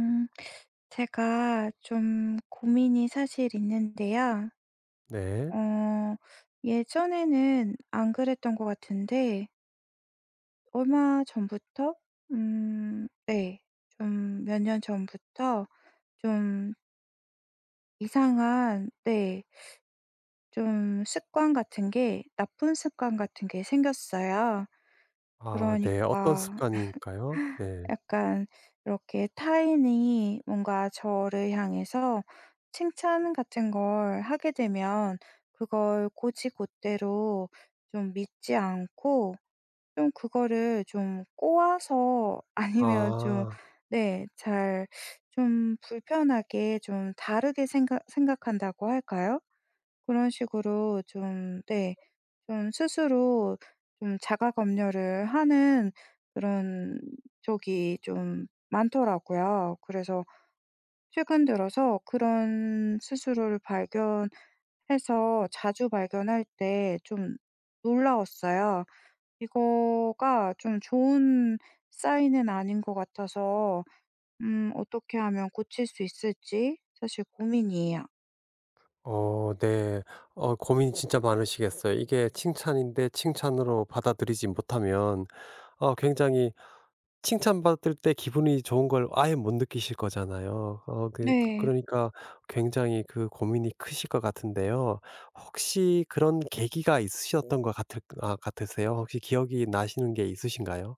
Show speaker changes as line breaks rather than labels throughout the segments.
음, 제가 좀 고민이 사실 있는데요.
네.
어, 예전에는 안 그랬던 것 같은데, 얼마 전부터, 네, 좀 몇 년 전부터 좀 이상한, 네, 좀 습관 같은 게, 나쁜 습관 같은 게 생겼어요.
아, 네. 어떤
그러니까,
습관인가요? 네.
약간 이렇게 타인이 뭔가 저를 향해서 칭찬 같은 걸 하게 되면 그걸 곧이곧대로 좀 믿지 않고 좀 그거를 좀 꼬아서 아니면 좀
아.
네, 잘 좀 불편하게 좀 다르게 생각한다고 할까요? 그런 식으로 좀 네. 좀 스스로 좀 자가 검열을 하는 그런 적이 좀 많더라고요. 그래서 최근 들어서 그런 스스로를 발견해서 자주 발견할 때 좀 놀라웠어요. 이거가 좀 좋은 사인은 아닌 것 같아서 어떻게 하면 고칠 수 있을지 사실 고민이에요.
네. 고민이 진짜 많으시겠어요. 이게 칭찬인데 칭찬으로 받아들이지 못하면 굉장히 칭찬받을 때 기분이 좋은 걸 아예 못 느끼실 거잖아요.
네.
그러니까 굉장히 그 고민이 크실 것 같은데요. 혹시 그런 계기가 있으셨던 것 같을 아 같으세요? 혹시 기억이 나시는 게 있으신가요?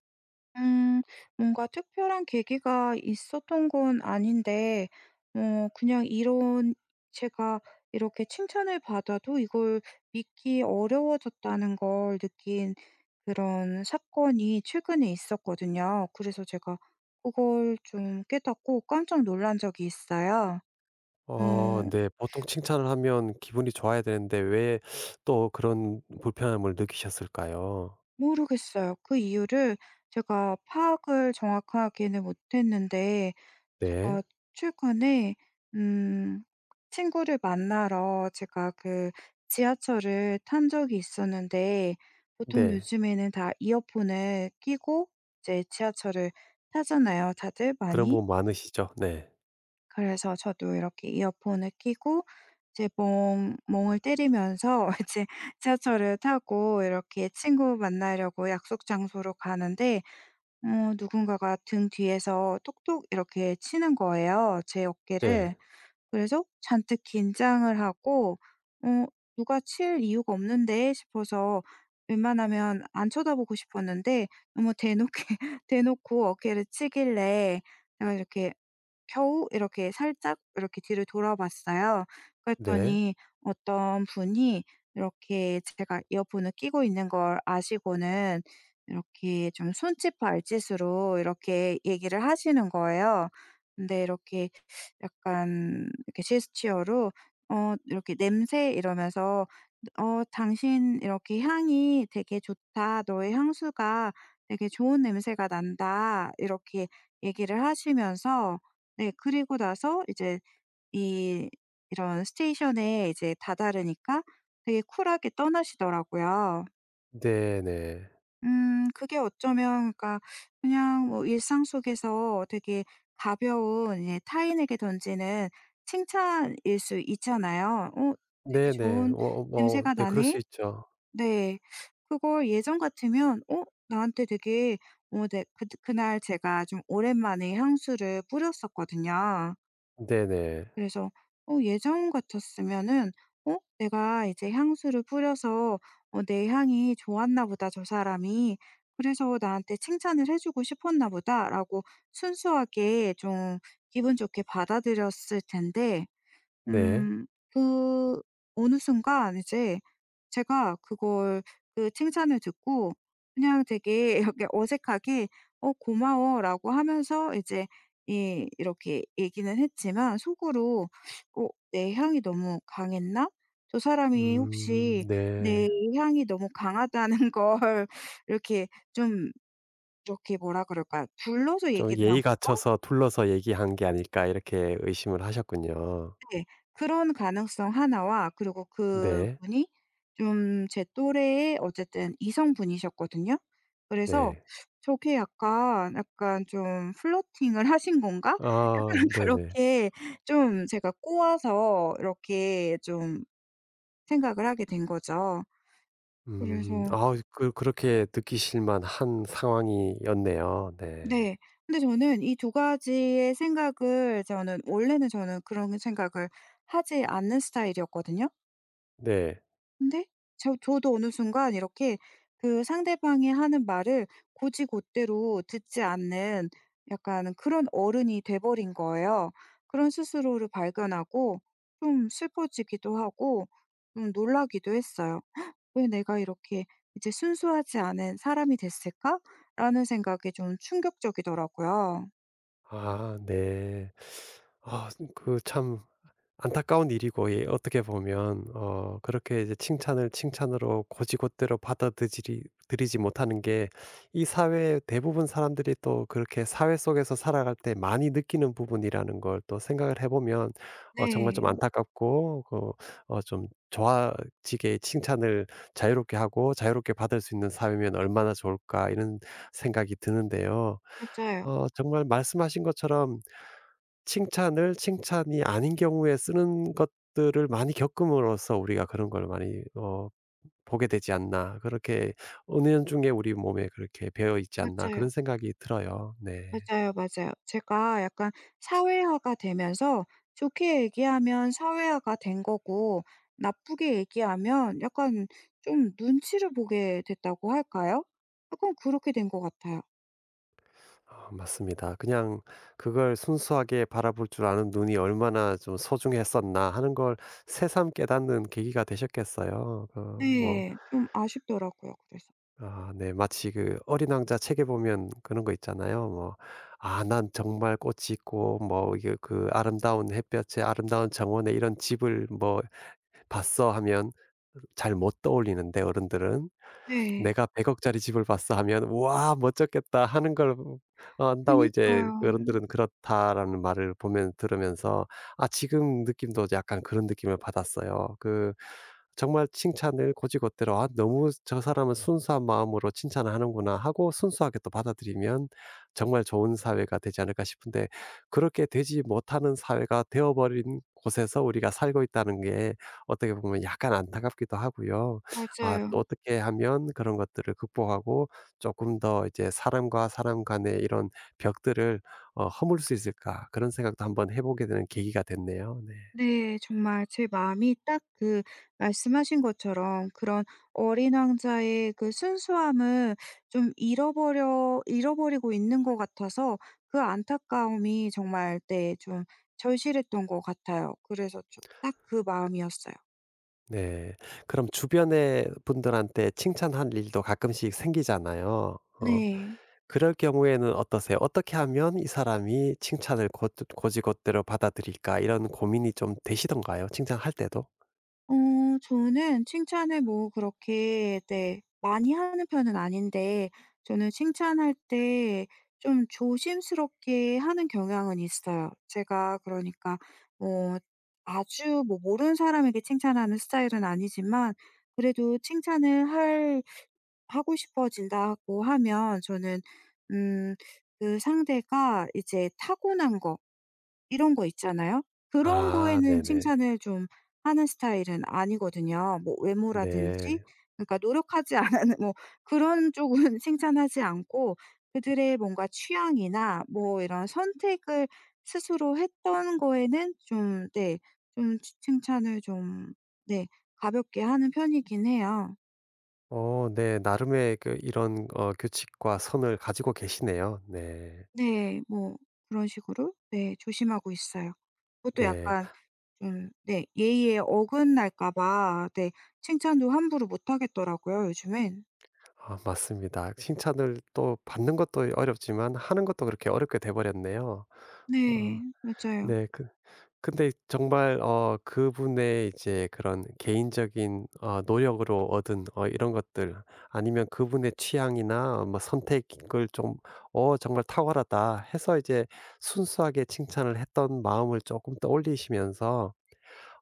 음, 뭔가 특별한 계기가 있었던 건 아닌데, 그냥 이런, 제가 이렇게 칭찬을 받아도 이걸 믿기 어려워졌다는 걸 느낀 그런 사건이 최근에 있었거든요. 그래서 제가 그걸 좀 깨닫고 깜짝 놀란 적이 있어요. 음,
네. 보통 칭찬을 하면 기분이 좋아야 되는데 왜 또 그런 불편함을 느끼셨을까요?
모르겠어요. 그 이유를 제가 파악을 정확하게는 못했는데
네.
제가 최근에 음 친구를 만나러 제가 그 지하철을 탄 적이 있었는데 보통
네.
요즘에는 다 이어폰을 끼고 이제 지하철을 타잖아요 다들
그런
많이.
부분 많으시죠? 네.
그래서 저도 이렇게 이어폰을 끼고 이제 멍 멍을 때리면서 이제 지하철을 타고 이렇게 친구 만나려고 약속 장소로 가는데 누군가가 등 뒤에서 톡톡 이렇게 치는 거예요, 제
네.
어깨를. 그래서 잔뜩 긴장을 하고 '어 누가 칠 이유가 없는데.' 싶어서 웬만하면 안 쳐다보고 싶었는데 너무 대놓게 대놓고 어깨를 치길래 제가 이렇게 겨우 이렇게 살짝 이렇게 뒤를 돌아봤어요.
네.
그랬더니 어떤 분이 이렇게 제가 이어폰을 끼고 있는 걸 아시고는 이렇게 좀 손짓 발짓으로 이렇게 얘기를 하시는 거예요. 근데 이렇게 약간 이렇게 제스처로 이렇게 "냄새." 이러면서 "어 당신 이렇게 향이 되게 좋다. 너의 향수가 되게 좋은 냄새가 난다." 이렇게 얘기를 하시면서 네. 그리고 나서 이제 이 이런 스테이션에 이제 다다르니까 되게 쿨하게 떠나시더라고요.
네네.
그게 어쩌면 그러니까 그냥 뭐 일상 속에서 되게 가벼운 이제 타인에게 던지는 칭찬일 수 있잖아요. "어 되게
네네.
좋은
뭐,
냄새가
네, 그럴 수
나네."
있죠.
네. 그걸 예전 같으면 '어 나한테 되게' 네 그 그날 제가 좀 오랜만에 향수를 뿌렸었거든요.
네네.
그래서 예전 같았으면은 '어 내가 이제 향수를 뿌려서 어 내 향이 좋았나 보다. 저 사람이. 그래서 나한테 칭찬을 해 주고 싶었나 보다.'라고 순수하게 좀 기분 좋게 받아들였을 텐데
네.
음 그 어느 순간 이제 제가 그걸 그 칭찬을 듣고 그냥 되게 이렇게 어색하게 "어 고마워."라고 하면서 이제 이 이렇게 얘기는 했지만 속으로 '어 내 향이 너무 강했나? 저 사람이
음,
혹시 내
네.
향이 너무 강하다는 걸 이렇게 좀 이렇게 뭐라 그럴까? 불러서
좀
얘기를 한
'예의
건가?'
갖춰서 둘러서 얘기한 게 아닐까.' 이렇게 의심을 하셨군요.
네. 그런 가능성 하나와 그리고
네.
그분이 좀 제 또래의 어쨌든 이성분이셨거든요. 그래서
네.
'저게 약간, 약간 좀 플러팅을 하신 건가?'
아,
약간
네네.
그렇게 좀 제가 꼬아서 이렇게 좀 생각을 하게 된 거죠.
음.
그래서
아, 그렇게 느끼실 만한 상황이었네요. 네.
네. 근데 저는 이 두 가지의 생각을 저는 원래는 저는 그런 생각을 하지 않는 스타일이었거든요.
네.
근데 저도 어느 순간 이렇게 그 상대방이 하는 말을 곧이곧대로 듣지 않는 약간 그런 어른이 돼 버린 거예요. 그런 스스로를 발견하고 좀 슬퍼지기도 하고 좀 놀라기도 했어요. '왜 내가 이렇게 이제 순수하지 않은 사람이 됐을까?'라는 생각이 좀 충격적이더라고요.
아, 네. 아그참 안타까운 일이고, 예, 어떻게 보면 그렇게 이제 칭찬을 칭찬으로 곧이곧대로 받아들이지 들이지 못하는 게 이 사회 대부분 사람들이 또 그렇게 사회 속에서 살아갈 때 많이 느끼는 부분이라는 걸 또 생각을 해 보면, 정말
네.
좀 안타깝고, 그어좀 좋아지게 칭찬을 자유롭게 하고 자유롭게 받을 수 있는 사회면 얼마나 좋을까 이런 생각이 드는데요.
맞아요.
정말 말씀하신 것처럼 칭찬을 칭찬이 아닌 경우에 쓰는 것들을 많이 겪음으로써 우리가 그런 걸 많이 보게 되지 않나. 그렇게 은연중에 우리 몸에 그렇게 배어 있지 않나 그런
맞아요.
생각이 들어요. 네.
맞아요, 맞아요. 제가 약간 사회화가 되면서 좋게 얘기하면 사회화가 된 거고 나쁘게 얘기하면 약간 좀 눈치를 보게 됐다고 할까요? 약간 그렇게 된 것 같아요.
맞습니다. 그냥 그걸 순수하게 바라볼 줄 아는 눈이 얼마나 좀 소중했었나 하는 걸 새삼 깨닫는 계기가 되셨겠어요. 그뭐,
네. 좀 아쉽더라고요 그래서.
아, 네. 마치 그 어린 왕자 책에 보면 그런 거 있잖아요. 뭐 "아 난 정말 꽃이 있고 뭐 이게 그 아름다운 햇볕에 아름다운 정원에 이런 집을 뭐 봤어." 하면 잘 못 떠올리는데 어른들은.
네.
"내가 100억 짜리 집을 봤어." 하면 "우와 멋졌겠다." 하는 걸 한다고 이제
그니까요.
어른들은 그렇다라는 말을 보면 들으면서, 아, 지금 느낌도 약간 그런 느낌을 받았어요. 정말 칭찬을 곧이곧대로 '아 너무 저 사람은 순수한 마음으로 칭찬을 하는구나.' 하고 순수하게 또 받아들이면 정말 좋은 사회가 되지 않을까 싶은데, 그렇게 되지 못하는 사회가 되어 버린 곳에서 우리가 살고 있다는 게 어떻게 보면 약간 안타깝기도 하고요. 아,
맞아요.
또 어떻게 하면 그런 것들을 극복하고 조금 더 이제 '사람과 사람 간의 이런 벽들을 허물 수 있을까.' 그런 생각도 한번 해 보게 되는 계기가 됐네요. 네.
네. 정말 제 마음이 딱 그 말씀하신 것처럼 그런 어린 왕자의 그 순수함을 좀 잃어버려 잃어버리고 있는 것 같아서 그 안타까움이 정말 네 좀 절실했던 것 같아요. 그래서 좀 딱 그 마음이었어요.
네. 그럼 주변의 분들한테 칭찬할 일도 가끔씩 생기잖아요.
네.
그럴 경우에는 어떠세요? 어떻게 하면 이 사람이 칭찬을 고지이곧대로 받아들일까 이런 고민이 좀 되시던가요? 칭찬할 때도?
어 저는 칭찬을 뭐 그렇게 네 많이 하는 편은 아닌데 저는 칭찬할 때 좀 조심스럽게 하는 경향은 있어요. 제가 그러니까 뭐 아주 뭐 모르는 사람에게 칭찬하는 스타일은 아니지만 그래도 칭찬을 할 하고 싶어진다고 하면 저는 음 그 상대가 이제 타고난 거 이런 거 있잖아요. 그런
아,
거에는
네네.
칭찬을 좀 하는 스타일은 아니거든요. 뭐 외모라든지
네.
그러니까 노력하지 않은 뭐 그런 쪽은 칭찬하지 않고 그들의 뭔가 취향이나 뭐 이런 선택을 스스로 했던 거에는 좀 네. 좀 치 칭찬을 좀 네. 가볍게 하는 편이긴 해요.
네. 나름의 그 이런 규칙과 선을 가지고 계시네요. 네.
네. 뭐 그런 식으로 네 조심하고 있어요. 그것도
네.
약간 네. 예의에 어긋날까 봐 네 칭찬도 함부로 못 하겠더라고요, 요즘엔.
아, 맞습니다. 칭찬을 또 받는 것도 어렵지만 하는 것도 그렇게 어렵게 돼 버렸네요. 어
네. 맞아요.
네. 근데 정말 그분의 이제 그런 개인적인 노력으로 얻은 이런 것들, 아니면 그분의 취향이나 뭐 선택을 좀 '어 정말 탁월하다.' 해서 이제 순수하게 칭찬을 했던 마음을 조금 떠올리시면서,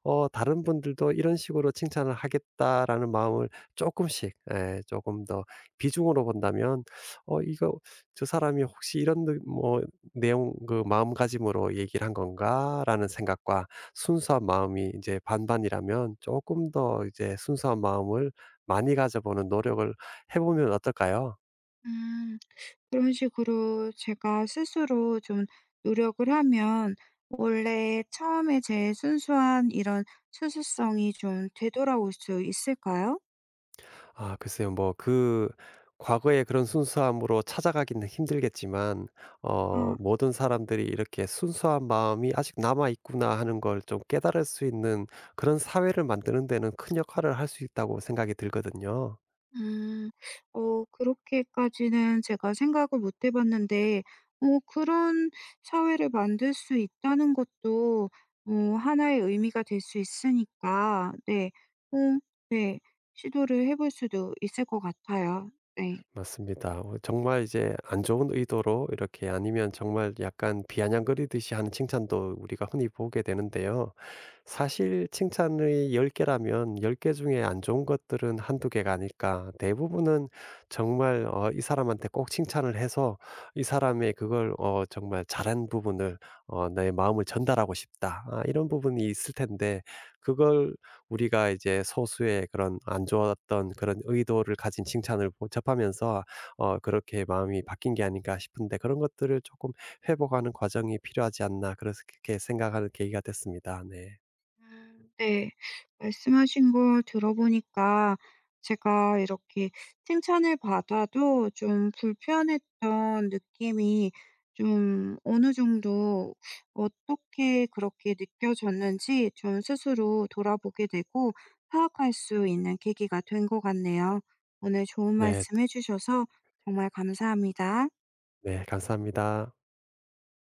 다른 분들도 이런 식으로 칭찬을 하겠다라는 마음을 조금씩예금더 비중으로 본다면, 이거 '저 사람이 혹시 이런 느 뭐 내용 그 마음가짐으로 얘기를 한 건가?'라는 생각과 순수한 마음이 이제 반반이라면 조금 더 이제 순수한 마음을 많이 가져보는 노력을 해 보면 어떨까요?
음. 그런 식으로 제가 스스로 좀 노력을 하면 원래 처음에 제 순수한 이런 수수성이 좀 되돌아올 수 있을까요?
아, 글쎄요. 뭐, 그 과거의 그런 순수함으로 찾아가기는 힘들겠지만
아.
'모든 사람들이 이렇게 순수한 마음이 아직 남아 있구나.' 하는 걸 좀 깨달을 수 있는 그런 사회를 만드는 데는 큰 역할을 할 수 있다고 생각이 들거든요.
음. 그렇게까지는 제가 생각을 못해 봤는데 그런 사회를 만들 수 있다는 것도 하나의 의미가 될 수 있으니까 네. 어 네. 시도를 해볼 수도 있을 것 같아요. 네.
맞습니다. 정말 이제 안 좋은 의도로 이렇게, 아니면 정말 약간 비아냥거리듯이 하는 칭찬도 우리가 흔히 보게 되는데요. 사실 칭찬의10 개라면 10개 중에 안 좋은 것들은 한두 개가 아닐까. 대부분은 정말 이 사람한테 꼭 칭찬을 해서 이 사람의 그걸 정말 잘한 부분을 '내 마음을 전달하고 싶다.' 아, 이런 부분이 있을 텐데 그걸 우리가 이제 소수의 그런 안 좋았던 그런 의도를 가진 칭찬을 보 접하면서 '그렇게 마음이 바뀐 게 아닌가.' 싶은데, 그런 것들을 조금 회복하는 과정이 필요하지 않나 그렇게 생각하는 계기가 됐습니다. 네.
네. 말씀하신 걸 들어보니까 제가 이렇게 칭찬을 받아도 좀 불편했던 느낌이 좀 어느 정도 어떻게 그렇게 느껴졌는지 좀 스스로 돌아보게 되고 파악할 수 있는 계기가 된 것 같네요. 오늘 좋은
네.
말씀 해 주셔서 정말 감사합니다.
네. 감사합니다.